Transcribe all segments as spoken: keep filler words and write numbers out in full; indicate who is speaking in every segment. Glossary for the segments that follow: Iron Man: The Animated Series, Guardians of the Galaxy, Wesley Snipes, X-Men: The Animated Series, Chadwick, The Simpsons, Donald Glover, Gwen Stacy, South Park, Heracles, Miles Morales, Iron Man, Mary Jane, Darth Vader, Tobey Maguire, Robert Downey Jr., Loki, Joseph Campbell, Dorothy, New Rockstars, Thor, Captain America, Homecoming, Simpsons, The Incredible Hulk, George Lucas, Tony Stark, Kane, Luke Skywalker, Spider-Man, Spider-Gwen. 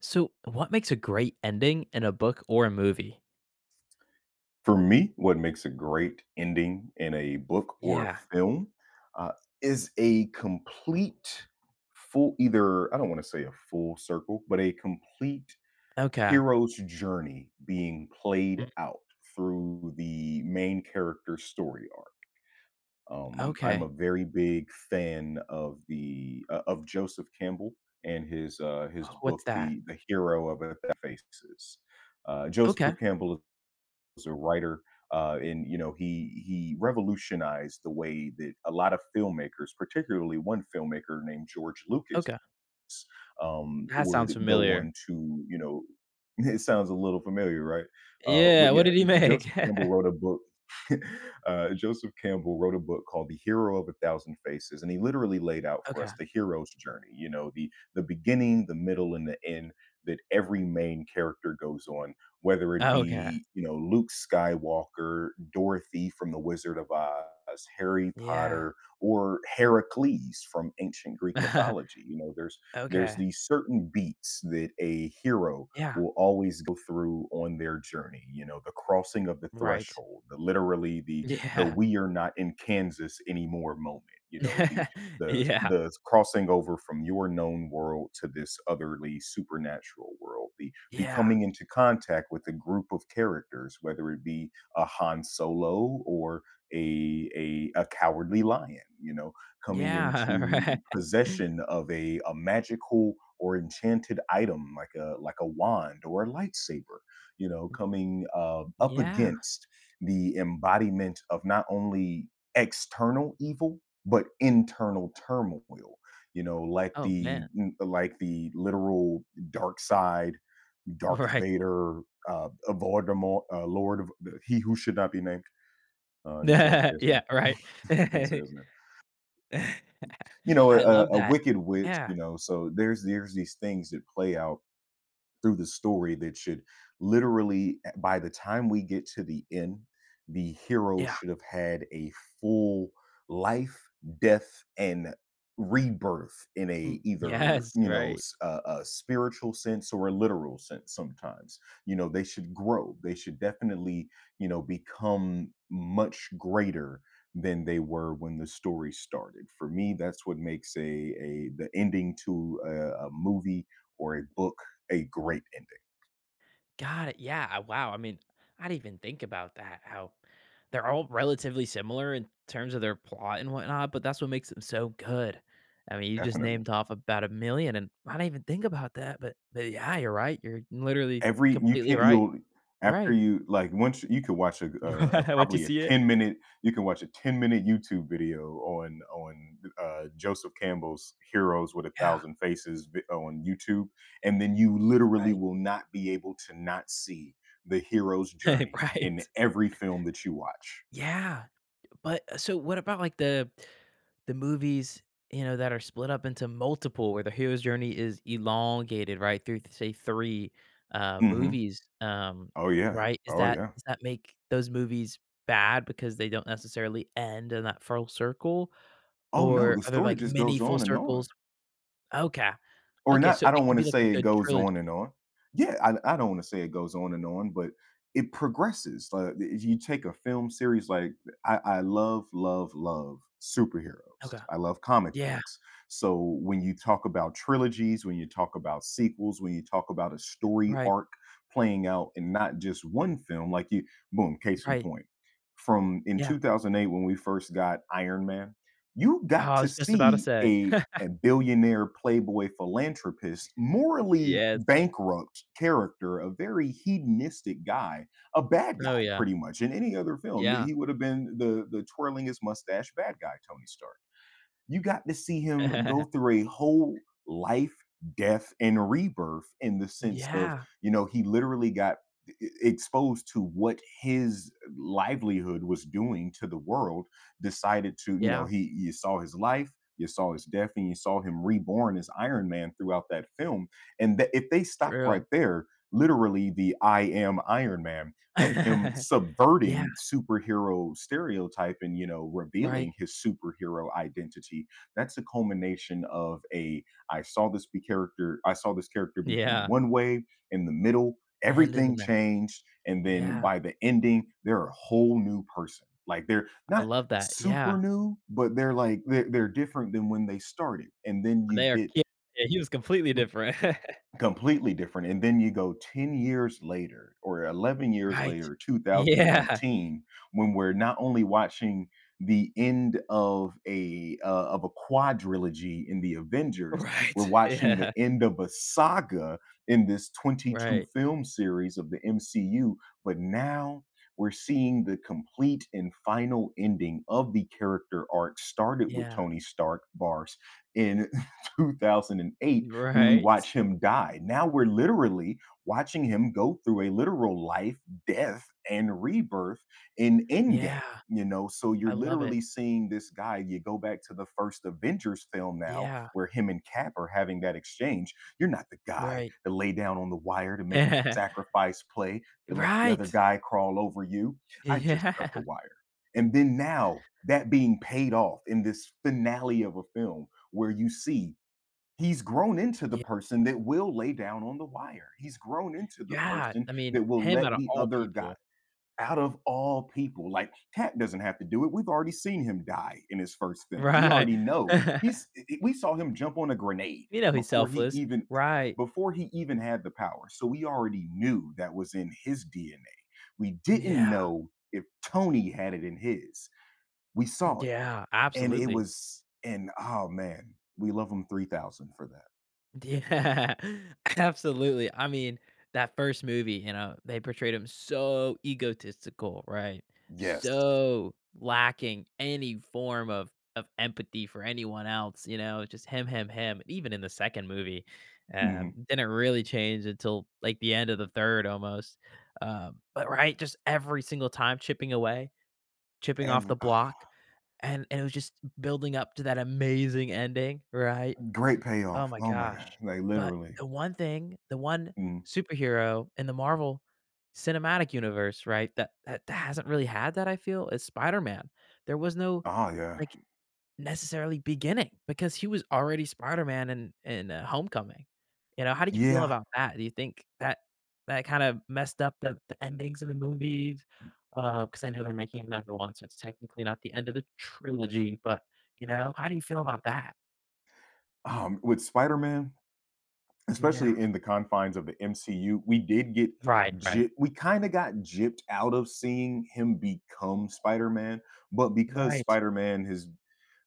Speaker 1: So, what makes a great ending in a book or a movie?
Speaker 2: For me, what makes a great ending in a book or a
Speaker 1: Yeah.
Speaker 2: film uh, is a complete full, either, I don't want to say a full circle, but a complete
Speaker 1: Okay.
Speaker 2: hero's journey being played
Speaker 1: Mm,
Speaker 2: out through the main character's story arc. Um, I'm
Speaker 1: okay.
Speaker 2: a very big fan of the uh, of Joseph Campbell and his uh, his
Speaker 1: Oh, what's
Speaker 2: book,
Speaker 1: that?
Speaker 2: the the hero of a that faces. Uh, Joseph
Speaker 1: Okay.
Speaker 2: Campbell was a writer, uh, and you know he he revolutionized the way that a lot of filmmakers, particularly one filmmaker named George Lucas,
Speaker 1: Okay.
Speaker 2: um,
Speaker 1: That sounds
Speaker 2: would go
Speaker 1: familiar.
Speaker 2: on to, you know, it sounds a little familiar, right? Uh,
Speaker 1: Yeah.
Speaker 2: but
Speaker 1: What
Speaker 2: yeah,
Speaker 1: did he
Speaker 2: J-
Speaker 1: make?
Speaker 2: Joseph Campbell wrote a book. uh, Joseph Campbell wrote a book called "The Hero of a Thousand Faces," and he literally laid out for
Speaker 1: Okay.
Speaker 2: us the hero's journey. You know, the the beginning, the middle, and the end that every main character goes on, whether it
Speaker 1: Okay.
Speaker 2: be you know Luke Skywalker, Dorothy from The Wizard of Oz, Harry
Speaker 1: Yeah.
Speaker 2: Potter, or Heracles from ancient Greek mythology. You know, there's there's
Speaker 1: Okay.
Speaker 2: these certain beats that a hero
Speaker 1: Yeah.
Speaker 2: will always go through on their journey. You know, the crossing of the
Speaker 1: Right.
Speaker 2: threshold, the literally the the
Speaker 1: Yeah.
Speaker 2: we are not in Kansas anymore moment. You know, the the
Speaker 1: Yeah.
Speaker 2: the crossing over from your known world to this otherly supernatural world, the the
Speaker 1: Yeah.
Speaker 2: coming into contact with a group of characters, whether it be a Han Solo or a a, a cowardly lion. You know, coming into
Speaker 1: Yeah. Right.
Speaker 2: possession of a a magical or enchanted item, like a like a wand or a lightsaber, you know, coming, uh, up
Speaker 1: Yeah.
Speaker 2: against the embodiment of not only external evil, but internal turmoil, you know, like
Speaker 1: Oh
Speaker 2: the
Speaker 1: man.
Speaker 2: mm, like the literal dark side, Darth
Speaker 1: Right.
Speaker 2: Vader, uh, Voldemort, uh, Lord of, he who should not be named. Uh, you can't say his
Speaker 1: Yeah.
Speaker 2: name.
Speaker 1: Right.
Speaker 2: Can't say his name. You know,
Speaker 1: I
Speaker 2: a,
Speaker 1: love
Speaker 2: a
Speaker 1: that.
Speaker 2: wicked witch,
Speaker 1: Yeah.
Speaker 2: you know. So there's there's these things that play out through the story that should literally uh, by the time we get to the end, the hero
Speaker 1: Yeah.
Speaker 2: should have had a full life, death, and rebirth in
Speaker 1: Mm,
Speaker 2: a either
Speaker 1: yes,
Speaker 2: you know
Speaker 1: right.
Speaker 2: s- a, a spiritual sense or a literal sense sometimes. You know, they should grow, they should definitely you know become much greater than they were when the story started. For me, that's what makes a a the ending to a, a movie or a book a great ending,
Speaker 1: Got it, yeah, I wow, I mean, I didn't even think about that, how they're all relatively similar in terms of their plot and whatnot, but that's what makes them so good. I mean, you just
Speaker 2: definitely.
Speaker 1: named off about a million, and I didn't even think about that, but but yeah, you're right, you're literally
Speaker 2: Every You
Speaker 1: completely
Speaker 2: can't,
Speaker 1: right.
Speaker 2: you'll, after
Speaker 1: Right.
Speaker 2: you like, once you could watch a a a
Speaker 1: Once you
Speaker 2: probably a
Speaker 1: see it?
Speaker 2: ten-minute, you can watch a ten-minute YouTube video on on, uh, Joseph Campbell's Heroes with a
Speaker 1: Yeah,
Speaker 2: Thousand Faces vi on YouTube, and then you literally
Speaker 1: right.
Speaker 2: will not be able to not see the hero's journey in
Speaker 1: Right.
Speaker 2: every film that you watch.
Speaker 1: Yeah. But uh, so what about like the the movies, you know, that are split up into multiple where the hero's journey is elongated, right? Through say three uh
Speaker 2: Mhm.
Speaker 1: movies. Um
Speaker 2: Oh, yeah.
Speaker 1: right? Is
Speaker 2: Oh,
Speaker 1: that
Speaker 2: yeah.
Speaker 1: does that make those movies bad because they don't necessarily end in that full circle,
Speaker 2: Oh, no,
Speaker 1: or
Speaker 2: the
Speaker 1: are there
Speaker 2: story
Speaker 1: like
Speaker 2: just
Speaker 1: many
Speaker 2: goes
Speaker 1: full
Speaker 2: on and
Speaker 1: circles?
Speaker 2: on.
Speaker 1: Okay.
Speaker 2: Or
Speaker 1: Okay,
Speaker 2: not,
Speaker 1: so
Speaker 2: I
Speaker 1: it
Speaker 2: don't
Speaker 1: could be
Speaker 2: wanna
Speaker 1: like
Speaker 2: say
Speaker 1: a
Speaker 2: it
Speaker 1: good
Speaker 2: goes
Speaker 1: trilogy.
Speaker 2: on and on. Yeah, I I don't wanna say it goes on and on, but it progresses. Like, if you take a film series like, I I love, love, love superheroes.
Speaker 1: Okay.
Speaker 2: I love comic
Speaker 1: Yeah.
Speaker 2: books. So, when you talk about trilogies, when you talk about sequels, when you talk about a story
Speaker 1: Right.
Speaker 2: arc playing out in not just one film, like you boom, case in
Speaker 1: Right.
Speaker 2: point. From in
Speaker 1: Yeah.
Speaker 2: two thousand eight when we first got Iron Man, you
Speaker 1: Oh,
Speaker 2: got
Speaker 1: I
Speaker 2: to
Speaker 1: was just about to
Speaker 2: see
Speaker 1: say.
Speaker 2: a a billionaire playboy philanthropist, morally
Speaker 1: Yes.
Speaker 2: bankrupt character, a very hedonistic guy, a bad
Speaker 1: Oh
Speaker 2: guy
Speaker 1: yeah.
Speaker 2: pretty much. In any other film,
Speaker 1: Yeah.
Speaker 2: he would have been the the twirling his mustache bad guy, Tony Stark. You got to see him go through a whole life, death, and rebirth in the sense of,
Speaker 1: Yeah.
Speaker 2: you know, he literally got e- e- exposed to what his livelihood was doing to the world, decided to, you know,
Speaker 1: Yeah.
Speaker 2: he you saw his life. You saw his death, and you saw him reborn as Iron Man throughout that film. And that if they stopped
Speaker 1: True.
Speaker 2: right there, literally the I am Iron Man of him
Speaker 1: Yeah,
Speaker 2: subverting superhero stereotype and you know
Speaker 1: right.
Speaker 2: revealing his superhero identity, that's a culmination of a, I saw this be character I saw this character begin
Speaker 1: Yeah,
Speaker 2: one way, in the middle
Speaker 1: and in the
Speaker 2: everything
Speaker 1: neck.
Speaker 2: changed, and then
Speaker 1: Yeah,
Speaker 2: by the ending they're a whole new person. Like they're
Speaker 1: I
Speaker 2: not
Speaker 1: love that,
Speaker 2: super
Speaker 1: yeah.
Speaker 2: new, but they're like they're, they're different than when they started. And then you
Speaker 1: They are
Speaker 2: get
Speaker 1: ki Yeah, he was completely different.
Speaker 2: completely different, and then you go ten years later or eleven years
Speaker 1: Right.
Speaker 2: later,
Speaker 1: Yeah,
Speaker 2: two thousand nineteen, when we're not only watching the end of a, uh, of a quadrilogy in the Avengers,
Speaker 1: right.
Speaker 2: we're watching the
Speaker 1: Yeah,
Speaker 2: end of a saga in this twenty-two
Speaker 1: right.
Speaker 2: film series of the M C U, but now we're seeing the complete and final ending of the character arc started with
Speaker 1: Yeah,
Speaker 2: Tony Stark, Bars, in two thousand eight when we
Speaker 1: right.
Speaker 2: watch him die. Now we're literally watching him go through a literal life, death, and rebirth in Endgame.
Speaker 1: Yeah,
Speaker 2: You know, so
Speaker 1: I
Speaker 2: you're
Speaker 1: love it.
Speaker 2: literally seeing this guy. You go back to the first Avengers film now,
Speaker 1: Yeah,
Speaker 2: where him and Cap are having that exchange. You're not the guy
Speaker 1: right.
Speaker 2: to lay down on the wire to make sacrifice play to let the other
Speaker 1: Right.
Speaker 2: guy crawl over you. I just cut the
Speaker 1: Yeah.
Speaker 2: wire. And then now that being paid off in this finale of a film where you see, he's grown into the
Speaker 1: Yeah.
Speaker 2: person that will lay down on the wire. He's grown into the
Speaker 1: Yeah,
Speaker 2: person
Speaker 1: I mean,
Speaker 2: that will
Speaker 1: him out
Speaker 2: let
Speaker 1: of
Speaker 2: the
Speaker 1: all
Speaker 2: other guy,
Speaker 1: people.
Speaker 2: out of all people. Like Cat doesn't have to do it. We've already seen him die in his first film. We
Speaker 1: Right.
Speaker 2: already know. He's eh, eh, we saw him jump on a grenade
Speaker 1: You know he's
Speaker 2: before he
Speaker 1: selfless.
Speaker 2: even
Speaker 1: Right.
Speaker 2: before he even had the power. So we already knew that was in his D N A. We didn't
Speaker 1: Yeah,
Speaker 2: know if Tony had it in his. We saw it,
Speaker 1: yeah,
Speaker 2: and it
Speaker 1: absolutely.
Speaker 2: was, and oh man, we love him three thousand for that.
Speaker 1: Yeah, absolutely. I mean, that first movie, you know, they portrayed him so egotistical, right?
Speaker 2: Yes.
Speaker 1: So lacking any form of of empathy for anyone else, you know, just him, him, him. Even in the second movie, um,
Speaker 2: Mhm.
Speaker 1: didn't really change until like the end of the third almost. Um, but right, just every single time chipping away, chipping off
Speaker 2: Every
Speaker 1: the
Speaker 2: ah,
Speaker 1: block, and, and it was just building up to that amazing ending, right?
Speaker 2: great payoff.
Speaker 1: Oh my
Speaker 2: Oh my god,
Speaker 1: gosh.
Speaker 2: like
Speaker 1: But
Speaker 2: literally.
Speaker 1: the one thing, the one
Speaker 2: Mm.
Speaker 1: superhero in the Marvel Cinematic Universe, right, that that that hasn't really had that, I feel, is Spider-Man. There was no,
Speaker 2: Oh, yeah.
Speaker 1: like, necessarily beginning because he was already Spider-Man in in, uh, Homecoming. You know, how do you feel
Speaker 2: Yeah.
Speaker 1: about that? Do you think that that kind of messed up the the endings of the movies? Because I know they're making another one, so it's technically not the end of the trilogy, but, you know, how do you feel about that?
Speaker 2: Um, with Spider-Man,
Speaker 1: Yeah.
Speaker 2: especially in the confines of the M C U, we did get
Speaker 1: Right, right.
Speaker 2: jip we kinda got gypped out of seeing him become Spider-Man, but because
Speaker 1: Right.
Speaker 2: Spider-Man has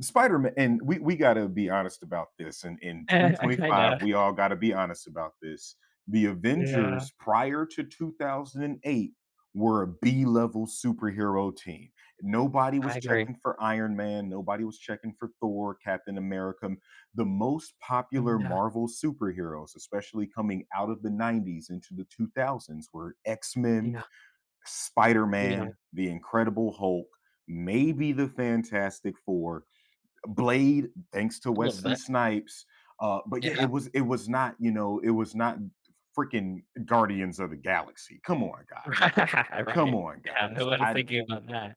Speaker 2: Spider Man, and we we gotta be honest about this. And in
Speaker 1: I know.
Speaker 2: twenty twenty-five, we all gotta be honest about this. The
Speaker 1: Yeah,
Speaker 2: Avengers prior to two thousand eight were a B level superhero team. Nobody
Speaker 1: I
Speaker 2: was
Speaker 1: agree.
Speaker 2: checking for Iron Man. Nobody was checking for Thor, Captain America. The most popular
Speaker 1: Yeah,
Speaker 2: Marvel superheroes, especially coming out of the nineties into the two thousands, were X Men,
Speaker 1: yeah,
Speaker 2: Spider
Speaker 1: yeah,
Speaker 2: Man, The Incredible Hulk, maybe the Fantastic Four, Blade, thanks to
Speaker 1: I'll
Speaker 2: Wesley
Speaker 1: admit.
Speaker 2: Snipes. Uh, but yeah,
Speaker 1: Yeah.
Speaker 2: it was it was not, you know, it was not freaking Guardians of the Galaxy. Come on, guys.
Speaker 1: Right.
Speaker 2: Come
Speaker 1: Right.
Speaker 2: on,
Speaker 1: Yeah, no
Speaker 2: guys.
Speaker 1: one is
Speaker 2: I
Speaker 1: thinking about that.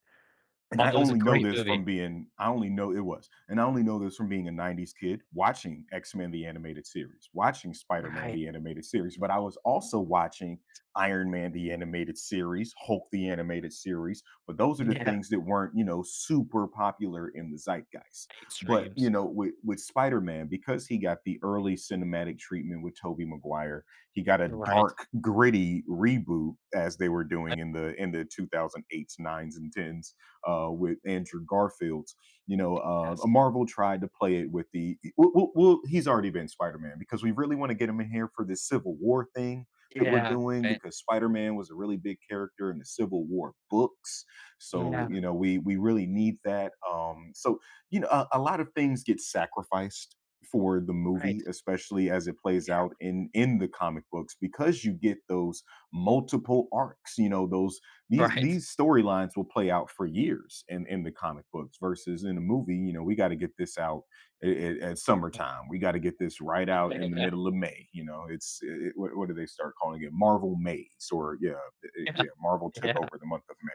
Speaker 2: and I
Speaker 1: Although it was a
Speaker 2: only know
Speaker 1: great
Speaker 2: this from
Speaker 1: movie.
Speaker 2: being I only know it was. And I only know this from being a nineties kid watching X-Men: The Animated Series, watching Spider-Man:
Speaker 1: Right.
Speaker 2: The Animated Series, but I was also watching Iron Man: The Animated Series, Hulk: The Animated Series, but those are the
Speaker 1: Yeah,
Speaker 2: things that weren't, you know, super popular in the zeitgeist. But, you
Speaker 1: mainstreams.
Speaker 2: know, with with Spider-Man, because he got the early cinematic treatment with Tobey Maguire, he got a
Speaker 1: Right.
Speaker 2: dark, gritty reboot as they were
Speaker 1: I
Speaker 2: doing in the in the two thousand eights, nines, and tens uh, with Andrew Garfield's. You know, uh,
Speaker 1: guess.
Speaker 2: Marvel tried to play it with the well, well, well he's already been Spider Man because we really want to get him in here for this Civil War thing that we're
Speaker 1: Yeah,
Speaker 2: doing
Speaker 1: right.
Speaker 2: because Spider Man was a really big character in the Civil War books. So
Speaker 1: Yeah,
Speaker 2: you know, we we really need that. Um, so you know, a, a lot of things get sacrificed for the
Speaker 1: right,
Speaker 2: movie, especially as it plays out in in the comic books, because you get those multiple arcs, you know, those these
Speaker 1: right.
Speaker 2: these storylines will play out for years in in the comic books versus in a movie. You know, we got to get this out at, at summertime, we got to get this right out in the
Speaker 1: Yeah,
Speaker 2: middle of May. You know, it's it, what, what do they start calling it, Marvel Maze or yeah it-
Speaker 1: yeah,
Speaker 2: yeah Marvel took
Speaker 1: yeah,
Speaker 2: over the month of May.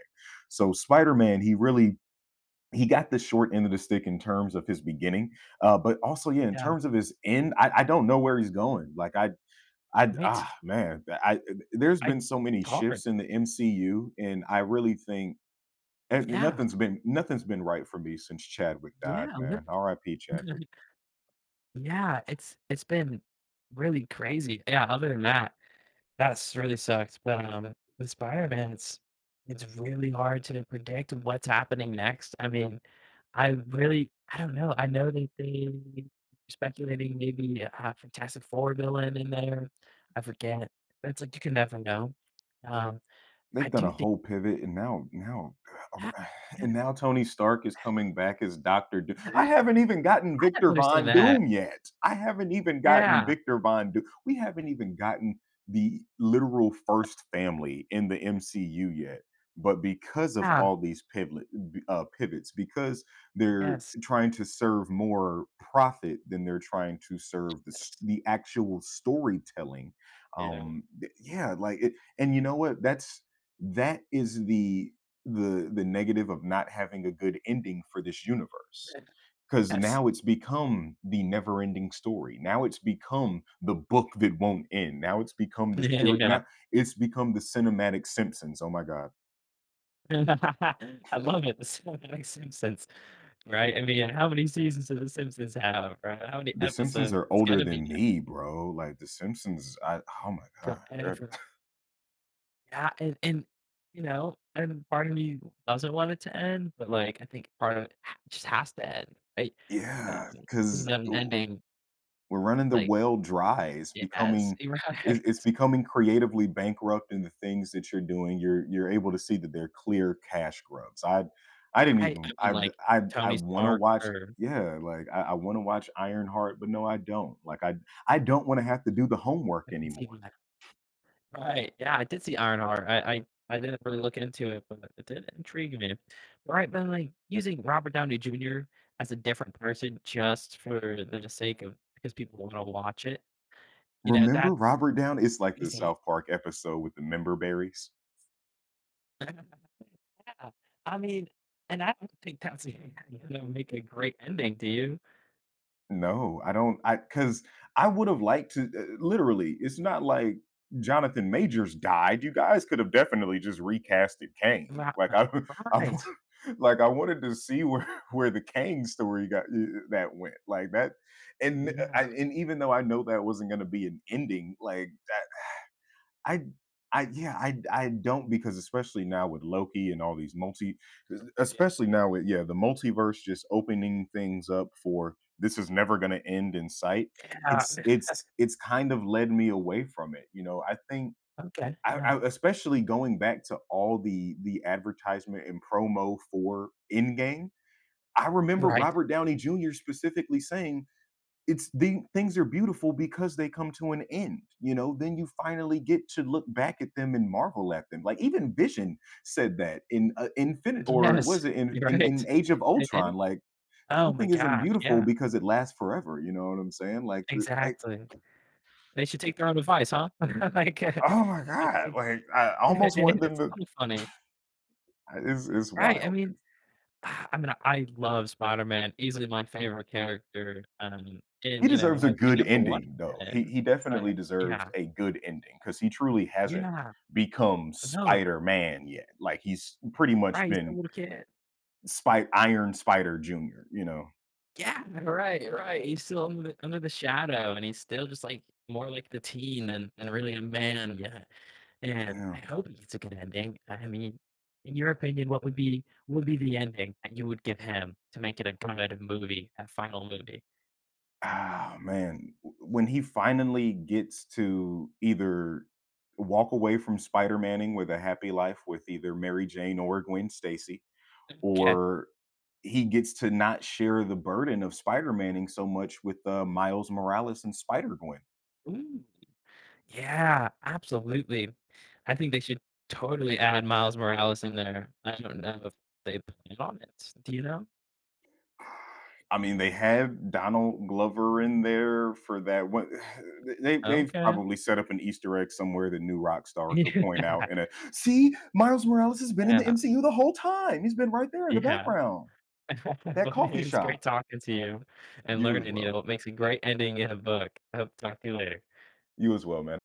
Speaker 2: So Spider-Man, he really he got the short end of the stick in terms of his beginning, uh but also yeah in
Speaker 1: yeah,
Speaker 2: terms of his end. i, I don't know where he's going. Like i I
Speaker 1: right?
Speaker 2: ah man, I there's
Speaker 1: I
Speaker 2: been so
Speaker 1: It's
Speaker 2: many
Speaker 1: hard.
Speaker 2: shifts in the M C U, and I really think and
Speaker 1: Yeah,
Speaker 2: nothing's been nothing's been right for me since Chadwick died,
Speaker 1: yeah, lit
Speaker 2: man. R I P. Chadwick.
Speaker 1: Yeah, it's it's been really crazy. Yeah, other than that that's really sucks, but, um, with Spider-Man, it's it's really hard to predict what's happening next. I mean, I really I don't know. I know that they were speculating maybe a Fantastic Four villain in there. I forget, but it's like you can never know. Um, I
Speaker 2: They've done
Speaker 1: do
Speaker 2: a
Speaker 1: think
Speaker 2: whole pivot, and now now
Speaker 1: that yeah,
Speaker 2: and now Tony Stark is coming back as Doctor Doom. I
Speaker 1: right?
Speaker 2: haven't even gotten
Speaker 1: I don't
Speaker 2: Victor
Speaker 1: understand
Speaker 2: Von
Speaker 1: that.
Speaker 2: Doom yet. I haven't even gotten
Speaker 1: Yeah,
Speaker 2: Victor Von Doom. We haven't even gotten the literal first family in the M C U yet. But because of
Speaker 1: yeah,
Speaker 2: all these pivot uh, pivots, because they're
Speaker 1: yes,
Speaker 2: trying to serve more profit than they're trying to serve the s-
Speaker 1: yes,
Speaker 2: the actual storytelling.
Speaker 1: yeah,
Speaker 2: Um, th- yeah, like it, and You know what? That's that is the the the negative of not having a good ending for this universe. Because
Speaker 1: yes,
Speaker 2: now it's become the never ending story. Now it's become the book that won't end. Now it's become the theory.
Speaker 1: yeah.
Speaker 2: Now it's become the cinematic Simpsons. Oh my God.
Speaker 1: I love it. The so Simpsons, right? I mean, how many seasons do The Simpsons have, right? How many
Speaker 2: The Simpsons
Speaker 1: episodes?
Speaker 2: are
Speaker 1: It's
Speaker 2: older
Speaker 1: gonna be
Speaker 2: than me, bro. Like the Simpsons, I oh my
Speaker 1: that
Speaker 2: God. they're-
Speaker 1: forever. Yeah, and and you know, and part of me doesn't want it to end, but like I think part of it ha- just has to end, right? Um,
Speaker 2: Yeah.
Speaker 1: because
Speaker 2: Cause
Speaker 1: without an ending,
Speaker 2: we're running the
Speaker 1: like
Speaker 2: well dry. It's
Speaker 1: it has,
Speaker 2: becoming it's
Speaker 1: right?
Speaker 2: it's becoming creatively bankrupt in the things that you're doing. You're you're able to see that they're clear cash grubs. I I didn't
Speaker 1: I, I
Speaker 2: even
Speaker 1: mean,
Speaker 2: I
Speaker 1: like
Speaker 2: I I
Speaker 1: Tony
Speaker 2: wanna
Speaker 1: Stark,
Speaker 2: watch
Speaker 1: or
Speaker 2: yeah, like, I I wanna watch Ironheart, but no, I don't. Like, I I don't wanna have to do the homework
Speaker 1: I think it's
Speaker 2: anymore.
Speaker 1: even right. Yeah, I did see Iron Heart. I I I didn't really look into it, but it did intrigue me. Right, but, like, using Robert Downey Junior as a different person just for the sake of because people wanna watch it, you know,
Speaker 2: Remember
Speaker 1: that's
Speaker 2: Robert Down? It's like the
Speaker 1: easy.
Speaker 2: South Park episode with the member berries.
Speaker 1: Yeah. I mean, and I don't think that's gonna make a great ending, do you?
Speaker 2: No, I do not I because I 'cause I would've liked to uh, literally, it's not like Jonathan Majors died, you guys could have definitely just recasted
Speaker 1: Ri
Speaker 2: Kane. Like, I
Speaker 1: uh,
Speaker 2: I
Speaker 1: Right.
Speaker 2: wanted, like, I wanted to see where where the Kane story got eh, that went, like, that and, uh,
Speaker 1: Yeah.
Speaker 2: I and even though I know that wasn't gonna be an ending, like, I I I yeah, I I don't because especially now with Loki and all these multi especially now with, yeah, the multiverse just opening things up, for this is never going to end in sight.
Speaker 1: Yeah.
Speaker 2: It's it's it's kind of led me away from it. You know, I think
Speaker 1: Okay,
Speaker 2: I,
Speaker 1: yeah.
Speaker 2: I especially going back to all the the advertisement and promo for Endgame, I remember
Speaker 1: Right.
Speaker 2: Robert Downey Junior specifically saying it's the things are beautiful because they come to an end. You know, then you finally get to look back at them and marvel at them. Like even Vision said that in uh, Infinite, or
Speaker 1: Yes.
Speaker 2: was it in, in
Speaker 1: Right.
Speaker 2: in Age of
Speaker 1: And
Speaker 2: Ultron.
Speaker 1: and
Speaker 2: Like
Speaker 1: oh my
Speaker 2: something isn't
Speaker 1: gosh,
Speaker 2: beautiful
Speaker 1: yeah.
Speaker 2: because it lasts forever, you know what I'm saying? Like th- like
Speaker 1: Exactly. They should take their own advice, huh? Like,
Speaker 2: oh my
Speaker 1: it
Speaker 2: god,
Speaker 1: it
Speaker 2: like I almost want
Speaker 1: it-
Speaker 2: them
Speaker 1: it's
Speaker 2: to,
Speaker 1: so funny.
Speaker 2: it's, it's
Speaker 1: Right, I
Speaker 2: wild.
Speaker 1: mean, I mean, I love Spider-Man, easily my favorite character, um,
Speaker 2: He
Speaker 1: and, you know,
Speaker 2: deserves
Speaker 1: I
Speaker 2: a
Speaker 1: I
Speaker 2: good
Speaker 1: never wanted
Speaker 2: ending, though.
Speaker 1: an
Speaker 2: he
Speaker 1: end,
Speaker 2: he definitely
Speaker 1: but
Speaker 2: deserves
Speaker 1: yeah.
Speaker 2: a good ending because he truly hasn't
Speaker 1: Yeah,
Speaker 2: become
Speaker 1: no,
Speaker 2: Spider-Man yet. Like he's pretty much
Speaker 1: right, he's still a
Speaker 2: been
Speaker 1: little kid.
Speaker 2: Spi Iron Spider Junior, you know?
Speaker 1: Yeah, right, right, he's still under the under the shadow, and he's still just, like, more like the teen than than really a man, yeah. And
Speaker 2: Yeah.
Speaker 1: I hope it's a good ending. I mean, in your opinion, what would be what would be the ending that you would give him to make it a good movie, a final movie?
Speaker 2: Ah, man, when he finally gets to either walk away from spider man with a happy life with either Mary Jane or Gwen Stacy,
Speaker 1: Okay.
Speaker 2: or he gets to not share the burden of spider man so much with, uh, Miles Morales and Spider-Gwen.
Speaker 1: Ooh. Yeah, absolutely. I think they should totally add Miles Morales in there. I don't know if they plan on it. Do you know?
Speaker 2: I mean, they have Donald Glover in there for that one. they they've
Speaker 1: Okay.
Speaker 2: probably set up an Easter egg somewhere that new rock stars will point out. And a, "See, Miles Morales has been in
Speaker 1: Yeah.
Speaker 2: the
Speaker 1: Yeah.
Speaker 2: M C U the whole time. He's been right there in the
Speaker 1: Yeah.
Speaker 2: background." That
Speaker 1: But hey,
Speaker 2: coffee
Speaker 1: it's great
Speaker 2: shop.
Speaker 1: talking to you and
Speaker 2: You as
Speaker 1: learning, you know,
Speaker 2: well.
Speaker 1: what makes a great ending in a book. I hope to talk to you later.
Speaker 2: You as well, man.